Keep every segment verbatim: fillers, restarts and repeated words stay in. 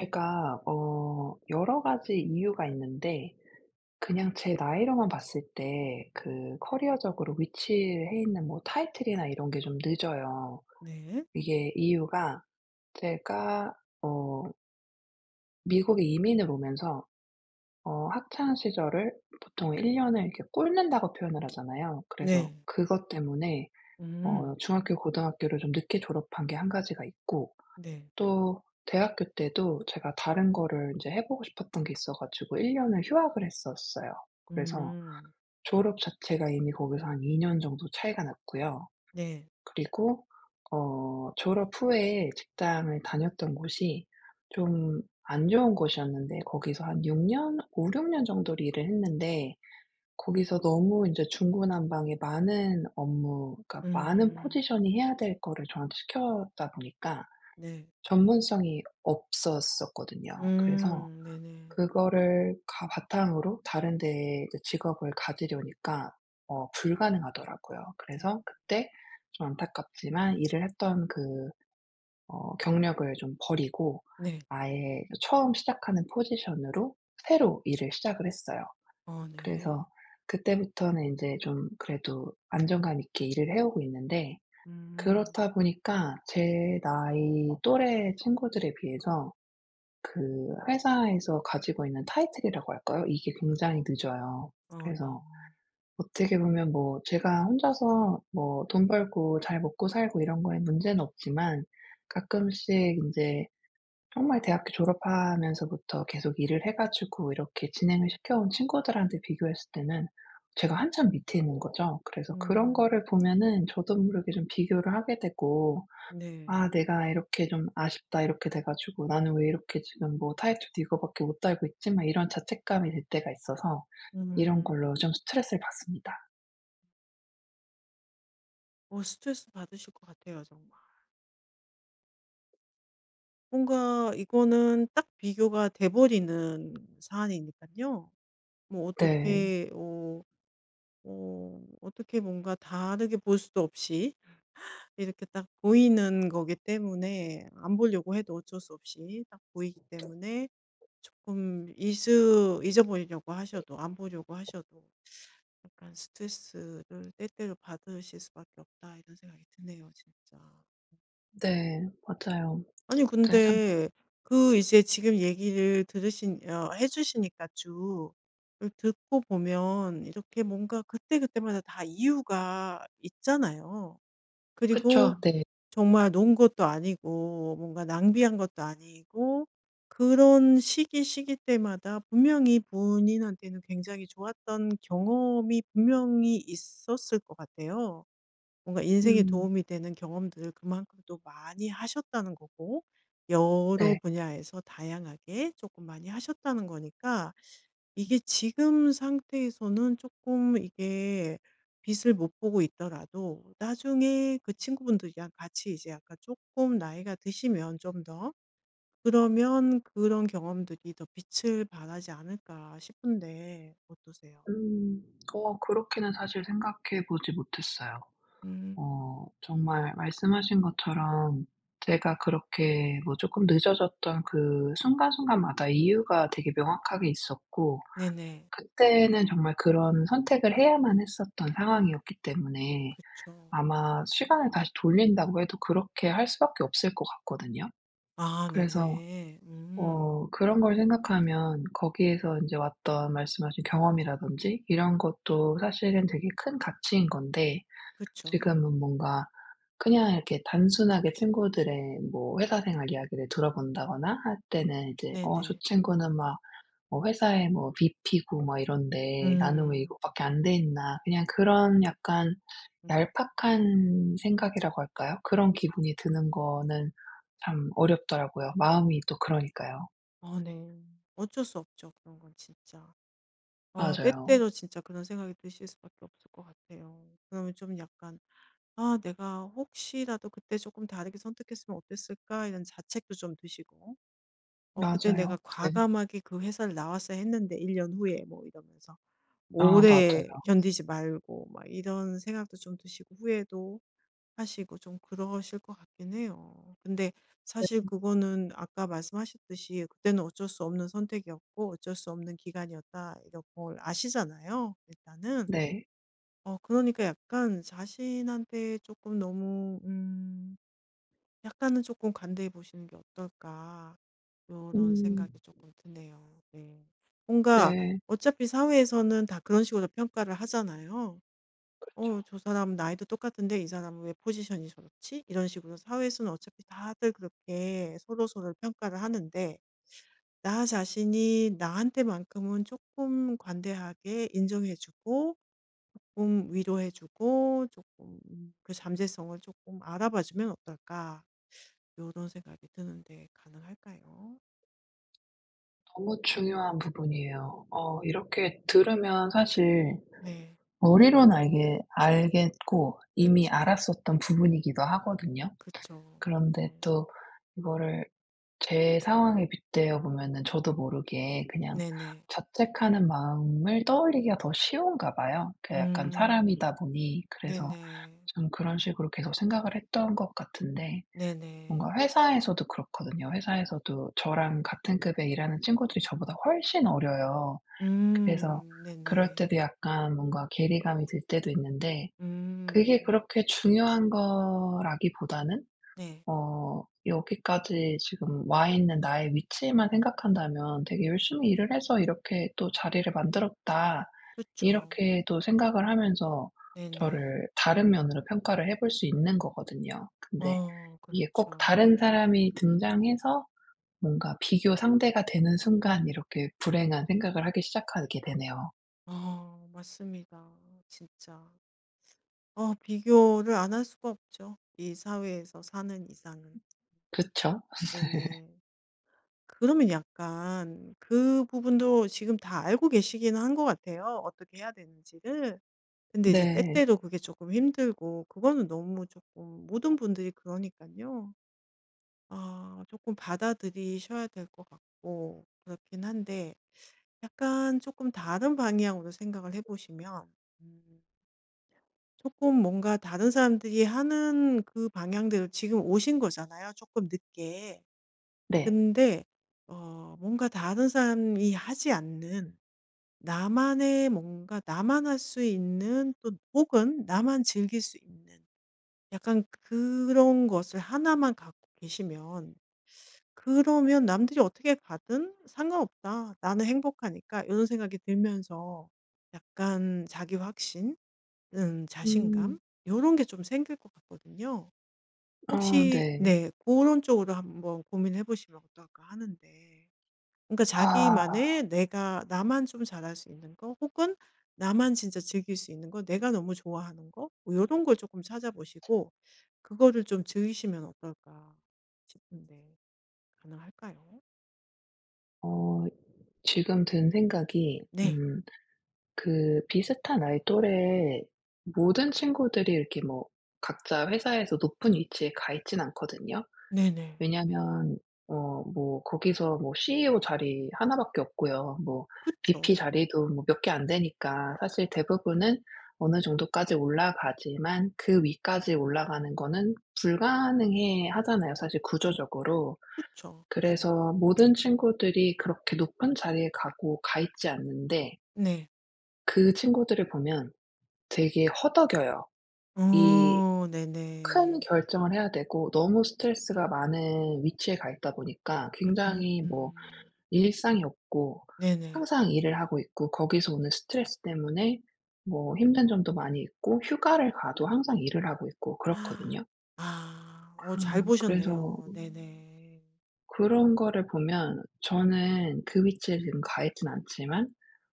제가 어 여러 가지 이유가 있는데, 그냥 제 나이로만 봤을 때 그 커리어적으로 위치해 있는 뭐 타이틀이나 이런 게 좀 늦어요. 네. 이게 이유가, 제가 어 미국에 이민을 오면서 어 학창 시절을 보통 일 년 년을 이렇게 꿇는다고 표현을 하잖아요. 그래서 네. 그것 때문에 음. 어 중학교, 고등학교를 좀 늦게 졸업한 게 한 가지가 있고, 네. 또 대학교 때도 제가 다른 거를 인제 해 보고 싶었던 게 있어 가지고 일 년 년을 휴학을 했었어요. 그래서 음. 졸업 자체가 이미 거기서 한 이 년 정도 차이가 났고요. 네. 그리고 어 졸업 후에 직장을 다녔던 곳이 좀 안 좋은 곳이었는데, 거기서 한 6 년, 오륙 년 정도를 일을 했는데, 거기서 너무 인제 중구난방에 많은 업무, 그러니까 많은 음. 포지션이 해야 될 거를 저한테 시켰다 보니까 네. 전문성이 없었었거든요. 그래서 음. 네네. 그거를 가 바탕으로 다른 데에 이제 직업을 가지려니까 어 불가능하더라고요. 그래서 그때 좀 안타깝지만 일을 했던 그 어 경력을 좀 버리고 네. 아예 처음 시작하는 포지션으로 새로 일을 시작을 했어요. 어 네. 그래서 그때부터는 인제 좀 그래도 안정감 있게 일을 해 오고 있는데, 음. 그렇다 보니까 제 나이 또래 친구들에 비해서 그 회사에서 가지고 있는 타이틀이라고 할까요? 이게 굉장히 늦어요. 어 네. 그래서 어떻게 보면 뭐 제가 혼자서 뭐 돈 벌고 잘 먹고 살고 이런 거에 문제는 없지만, 가끔씩 인제 정말 대학교 졸업하면서부터 계속 일을 해 가지고 이렇게 진행을 시켜온 친구들한테 비교했을 때는 제가 한참 밑에 있는 거죠. 그래서 그런 음. 거를 보면은 저도 모르게 좀 비교를 하게 되고, 네. '아, 내가 이렇게 좀 아쉽다.' 이렇게 돼 가지고, '나는 왜 이렇게 지금 뭐 타이틀도 이거밖에 못 달고 있지?' 막 이런 자책감이 들 때가 있어서 이런 음. 걸로 좀 스트레스를 받습니다. 어 스트레스 받으실 것 같아요, 정말. 뭔가 이거는 딱 비교가 돼 버리는 사안이니깐요. 뭐 네. 어떻게 어 어 어떻게 뭔가 다르게 볼 수도 없이 이렇게 딱 보이는 거기 때문에, 안 보려고 해도 어쩔 수 없이 딱 보이기 때문에, 조금 잊으 잊어버리려고 하셔도 안 보려고 하셔도 약간 '스트레스를 때때로 받으실 수밖에 없다.' 이런 생각이 드네요, 진짜. 네. 맞아요. 아니 네, 참. 근데 그 이제 지금 얘기를 들으신, 어 해 주시니까 쭉 그 듣고 보면 이렇게 뭔가 그때그때마다 다 이유가 있잖아요. 그리고 그쵸. 네. 정말 놓은 것도 아니고, 뭔가 낭비한 것도 아니고, 그런 시기, 시기 때마다 분명히 본인한테는 굉장히 좋았던 경험이 분명히 있었을 것 같아요. 뭔가 인생에 음. 도움이 되는 경험들을 그만큼 또 많이 하셨다는 거고, 여러 네. 분야에서 다양하게 조금 많이 하셨다는 거니까, 이게 지금 상태에서는 조금, 이게 빛을 못 보고 있더라도 나중에 그 친구분들이랑 같이 이제 약간 조금 나이가 드시면 좀 더, 그러면 그런 경험들이 더 빛을 발하지 않을까 싶은데, 어떠세요? 음. 어 그렇게는 사실 생각해 보지 못했어요. 음 어 정말 말씀하신 것처럼 제가 그렇게 뭐 조금 늦어졌던 그 순간순간마다 이유가 되게 명확하게 있었고, 네네. 그때는 정말 그런 선택을 해야만 했었던 상황이었기 때문에 그쵸. 아마 시간을 다시 돌린다고 해도 그렇게 할 수밖에 없을 것 같거든요. 아 그래서 네네. 음. 어 그런 걸 생각하면 거기에서 이제 왔던, 말씀하신 경험이라든지 이런 것도 사실은 되게 큰 가치인 건데, 그쵸. 지금은 뭔가 그냥 이렇게 단순하게 친구들의 뭐 회사 생활 이야기를 들어본다거나 할 때는 이제 "어, 저 네네. 친구는 막 뭐 회사에 뭐 브이피고 막 이런데 나는 왜 음. 이것밖에 안 돼 있나." 그냥 그런 약간 음. 얄팍한 생각이라고 할까요? 그런 기분이 드는 거는 참 어렵더라고요. 마음이 또 그러니까요. 아 네. 어쩔 수 없죠. 그런 건 진짜. 어 맞아요. 때때로 진짜 그런 생각이 드실 수밖에 없을 것 같아요. 그러면 좀 약간 '아 내가 혹시라도 그때 조금 다르게 선택했으면 어땠을까?' 이런 자책도 좀 드시고, 어 '그때 내가 맞아요. 네. 과감하게 그 회사를 나왔어야 했는데 일 년 후에.' 뭐 이러면서. 뭐 아, 맞아요. 오래 견디지 말고, 막 이런 생각도 좀 드시고 후회도 하시고 좀 그러실 것 같긴 해요. 근데 사실 네. 그거는 아까 말씀하셨듯이 그때는 어쩔 수 없는 선택이었고 어쩔 수 없는 기간이었다, 이런 걸 아시잖아요, 일단은. 네. 어 그러니까 약간 자신한테 조금 너무, 음 약간은 조금 관대해 보시는 게 어떨까, 이런 생각이 음. 조금 드네요. 네. 뭔가 네. 어차피 사회에서는 다 그런 식으로 평가를 하잖아요. '어 저 사람 나이도 똑같은데 이 사람은 왜 포지션이 저렇지?' 이런 식으로 사회에서는 어차피 다들 그렇게 서로서로 평가를 하는데, 나 자신이 나한테만큼은 조금 관대하게 인정해 주고, 조금 위로해 주고, 조금, 음, 그 잠재성을 조금 알아봐 주면 어떨까? 이런 생각이 드는데, 가능할까요? 너무 중요한 부분이에요. 어 이렇게 들으면 사실 네. 머리로는 알게 알겠고 그렇 이미 죠 알았었던 부분이기도 하거든요. 그죠 그런데 네. 또 이거를 제 상황에 빗대어 보면은 저도 모르게 그냥 네네. 자책하는 마음을 떠올리기가 더 쉬운가 봐요. 그 약간 음. 사람이다 보니. 그래서 네네. 좀 그런 식으로 계속 생각을 했던 것 같은데, 네네. 뭔가 회사에서도 그렇거든요. 회사에서도 저랑 같은 급에 일하는 친구들이 저보다 훨씬 어려요. 그래서 음. 그럴 네네. 때도 약간 뭔가 괴리감이 들 때도 있는데, 그게 음. 그렇게 중요한 거라기보다는 네. 어 여기까지 지금 와 있는 나의 위치만 생각한다면 '되게 열심히 일을 해서 이렇게 또 자리를 만들었다.' 그쵸. 이렇게 또 생각을 하면서 네네. 저를 다른 면으로 평가를 해볼 수 있는 거거든요. 근데 어 이게 꼭 그렇죠. 다른 사람이 등장해서 뭔가 비교 상대가 되는 순간 이렇게 불행한 생각을 하기 시작하게 되네요. 어 맞습니다. 진짜. 어 비교를 안 할 수가 없죠, 이 사회에서 사는 이상은. 그쵸. 네네. 그러면 약간 그 부분도 지금 다 알고 계시기는 한 것 같아요, 어떻게 해야 되는지를. 근데 이제 네. 때때로 그게 조금 힘들고, 그거는 너무 조금, 모든 분들이 그러니깐요. 아 조금 받아들이셔야 될 것 같고 그렇긴 한데, 약간 조금 다른 방향으로 생각을 해 보시면, 음금 뭔가 다른 사람들이 하는 그 방향대로 지금 오신 거잖아요, 조금 늦게. 네. 근데 어 뭔가 다른 사람이 하지 않는 나만의, 뭔가 나만 할 수 있는, 또 혹은 나만 즐길 수 있는 약간 그런 것을 하나만 갖고 계시면, 그러면 '남들이 어떻게 가든 상관없다. 나는 행복하니까.' 이런 생각이 들면서 약간 자기 확신, 음 자신감, 음. 이런 게 좀 생길 것 같거든요. 아, 혹시 네. 네 그런 쪽으로 한번 고민해 보시면 어떨까 하는데. 그러니까 아. 자기만의, 내가 나만 좀 잘할 수 있는 거, 혹은 나만 진짜 즐길 수 있는 거, 내가 너무 좋아하는 거뭐런걸 조금 찾아보시고, 그거를 좀 즐기시면 어떨까 싶은데, 가능할까요? 어 지금 든 생각이, 네. 음 그 비슷한 아이 또래 모든 친구들이 이렇게 뭐 각자 회사에서 높은 위치에 가 있진 않거든요. 네네. 왜냐하면 어 뭐 거기서 뭐 씨이오 자리 하나 밖에 없고요. 뭐 브이피 그쵸. 자리도 뭐 몇 개 안 되니까 사실 대부분은 어느 정도까지 올라가지만 그 위까지 올라가는 거는 불가능해 하잖아요, 사실 구조적으로. 그쵸. 네. 그래서 모든 친구들이 그렇게 높은 자리에 가고 가 있지 않는데, 네. 그 친구들을 보면 되게 허덕여요. 이 어 네네. 큰 결정을 해야 되고 너무 스트레스가 많은 위치에 가 있다 보니까 굉장히 뭐 음음. 일상이 없고, 네네. 항상 일을 하고 있고, 거기서 오는 스트레스 때문에 뭐 힘든 점도 많이 있고, 휴가를 가도 항상 일을 하고 있고 아. 그렇거든요. 아, 어 잘 음 그래서 보셨네요. 네네. 그런 거를 보면 저는 그 위치에 지금 가 있진 않지만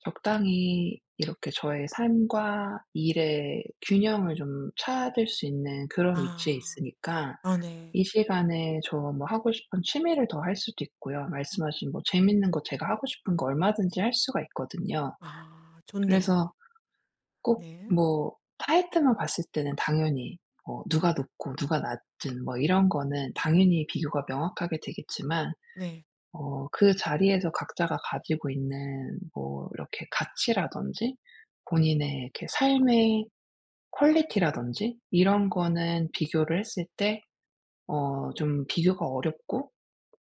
적당히 이렇게 저의 삶과 일의 균형을 좀 찾을 수 있는 그런 위치에 아. 있으니까 아 네. 이 시간에 저 뭐 하고 싶은 취미를 더 할 수도 있고요. 말씀하신 뭐 재밌는 거, 제가 하고 싶은 거 얼마든지 할 수가 있거든요. 아 그래서 좋네요. 꼭 네. 뭐 타이틀만 봤을 때는 당연히 뭐 누가 높고 누가 낮든 뭐 이런 거는 당연히 비교가 명확하게 되겠지만, 네. 어 그 자리에서 각자가 가지고 있는 뭐 이렇게 가치라든지 본인의 이렇게 삶의 퀄리티라든지 이런 거는 비교를 했을 때 어 좀 비교가 어렵고,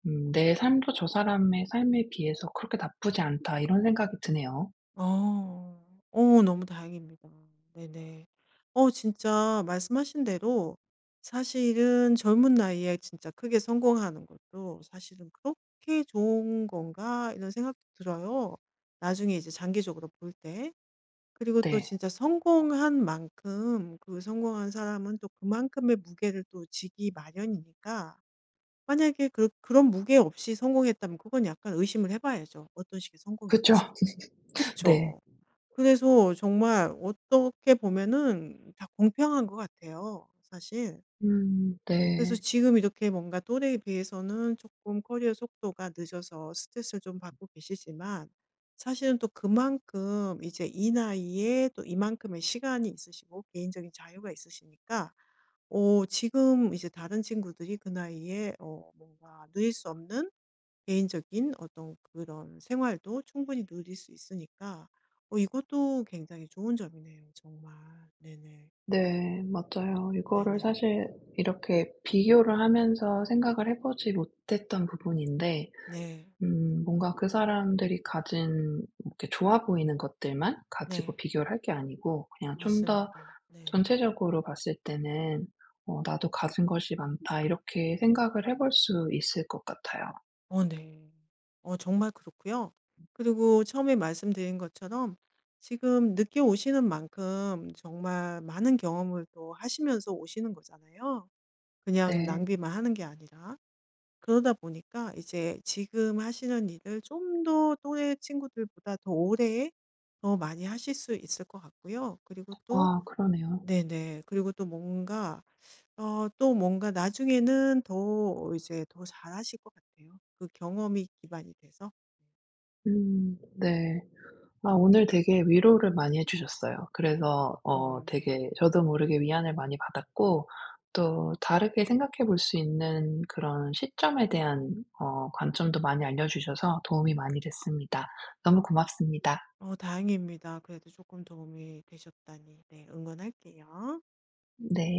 음 '내 삶도 저 사람의 삶에 비해서 그렇게 나쁘지 않다.' 이런 생각이 드네요. 어. 어 너무 다행입니다. 네네. 어 진짜 말씀하신 대로 사실은 젊은 나이에 진짜 크게 성공하는 것도 '사실은 그렇게 좋은 건가?' 이런 생각도 들어요. 나중에 이제 장기적으로 볼 때. 그리고 또 네. 진짜 성공한 만큼 그 성공한 사람은 또 그만큼의 무게를 또 지기 마련이니까, 만약에 그 그런 무게 없이 성공했다면 그건 약간 의심을 해 봐야죠, 어떤 식의 그쵸. 성공일지. 네. 그쵸? 그래서 정말 어떻게 보면은 다 공평한 것 같아요, 사실. 음. 그래서 네. 지금 이렇게 뭔가 또래에 비해서는 조금 커리어 속도가 늦어서 스트레스를 좀 받고 계시지만, 사실은 또 그만큼 이제 이 나이에 또 이만큼의 시간이 있으시고 개인적인 자유가 있으시니까, 어 지금 이제 다른 친구들이 그 나이에 어 뭔가 누릴 수 없는 개인적인 어떤 그런 생활도 충분히 누릴 수 있으니까, 어 이것도 굉장히 좋은 점이네요, 정말. 네네. 네. 맞아요. 이거를 네네. 사실 이렇게 비교를 하면서 생각을 해 보지 못했던 부분인데, 네. 음 뭔가 그 사람들이 가진 이렇게 좋아 보이는 것들만 가지고 네. 비교를 할 게 아니고 그냥 좀 더 맞습니다. 네. 전체적으로 봤을 때는, '어, 나도 가진 것이 많다.' 이렇게 생각을 해볼 수 있을 것 같아요. 어 네. 어 정말 그렇고요. 그리고 처음에 말씀드린 것처럼 지금 늦게 오시는 만큼 정말 많은 경험을 또 하시면서 오시는 거잖아요. 그냥 네. 낭비만 하는 게 아니라. 그러다 보니까 이제 지금 하시는 일을 좀 더 또래 친구들보다 더 오래, 더 많이 하실 수 있을 것 같고요. 그리고 또 아, 그러네요. 네네. 그리고 또 뭔가 어 또 뭔가 나중에는 더 이제 더 잘하실 것 같아요. 그 경험이 기반이 돼서. 음. 네. 아, 오늘 되게 위로를 많이 해 주셨어요. 그래서 어 어 네. 되게 저도 모르게 위안을 많이 받았고, 또 다르게 생각해 볼 수 있는 그런 시점에 대한 어 관점도 많이 알려 주셔서 도움이 많이 됐습니다. 너무 고맙습니다. 어 다행입니다. 그래도 조금 도움이 되셨다니. 네. 응원할게요. 네.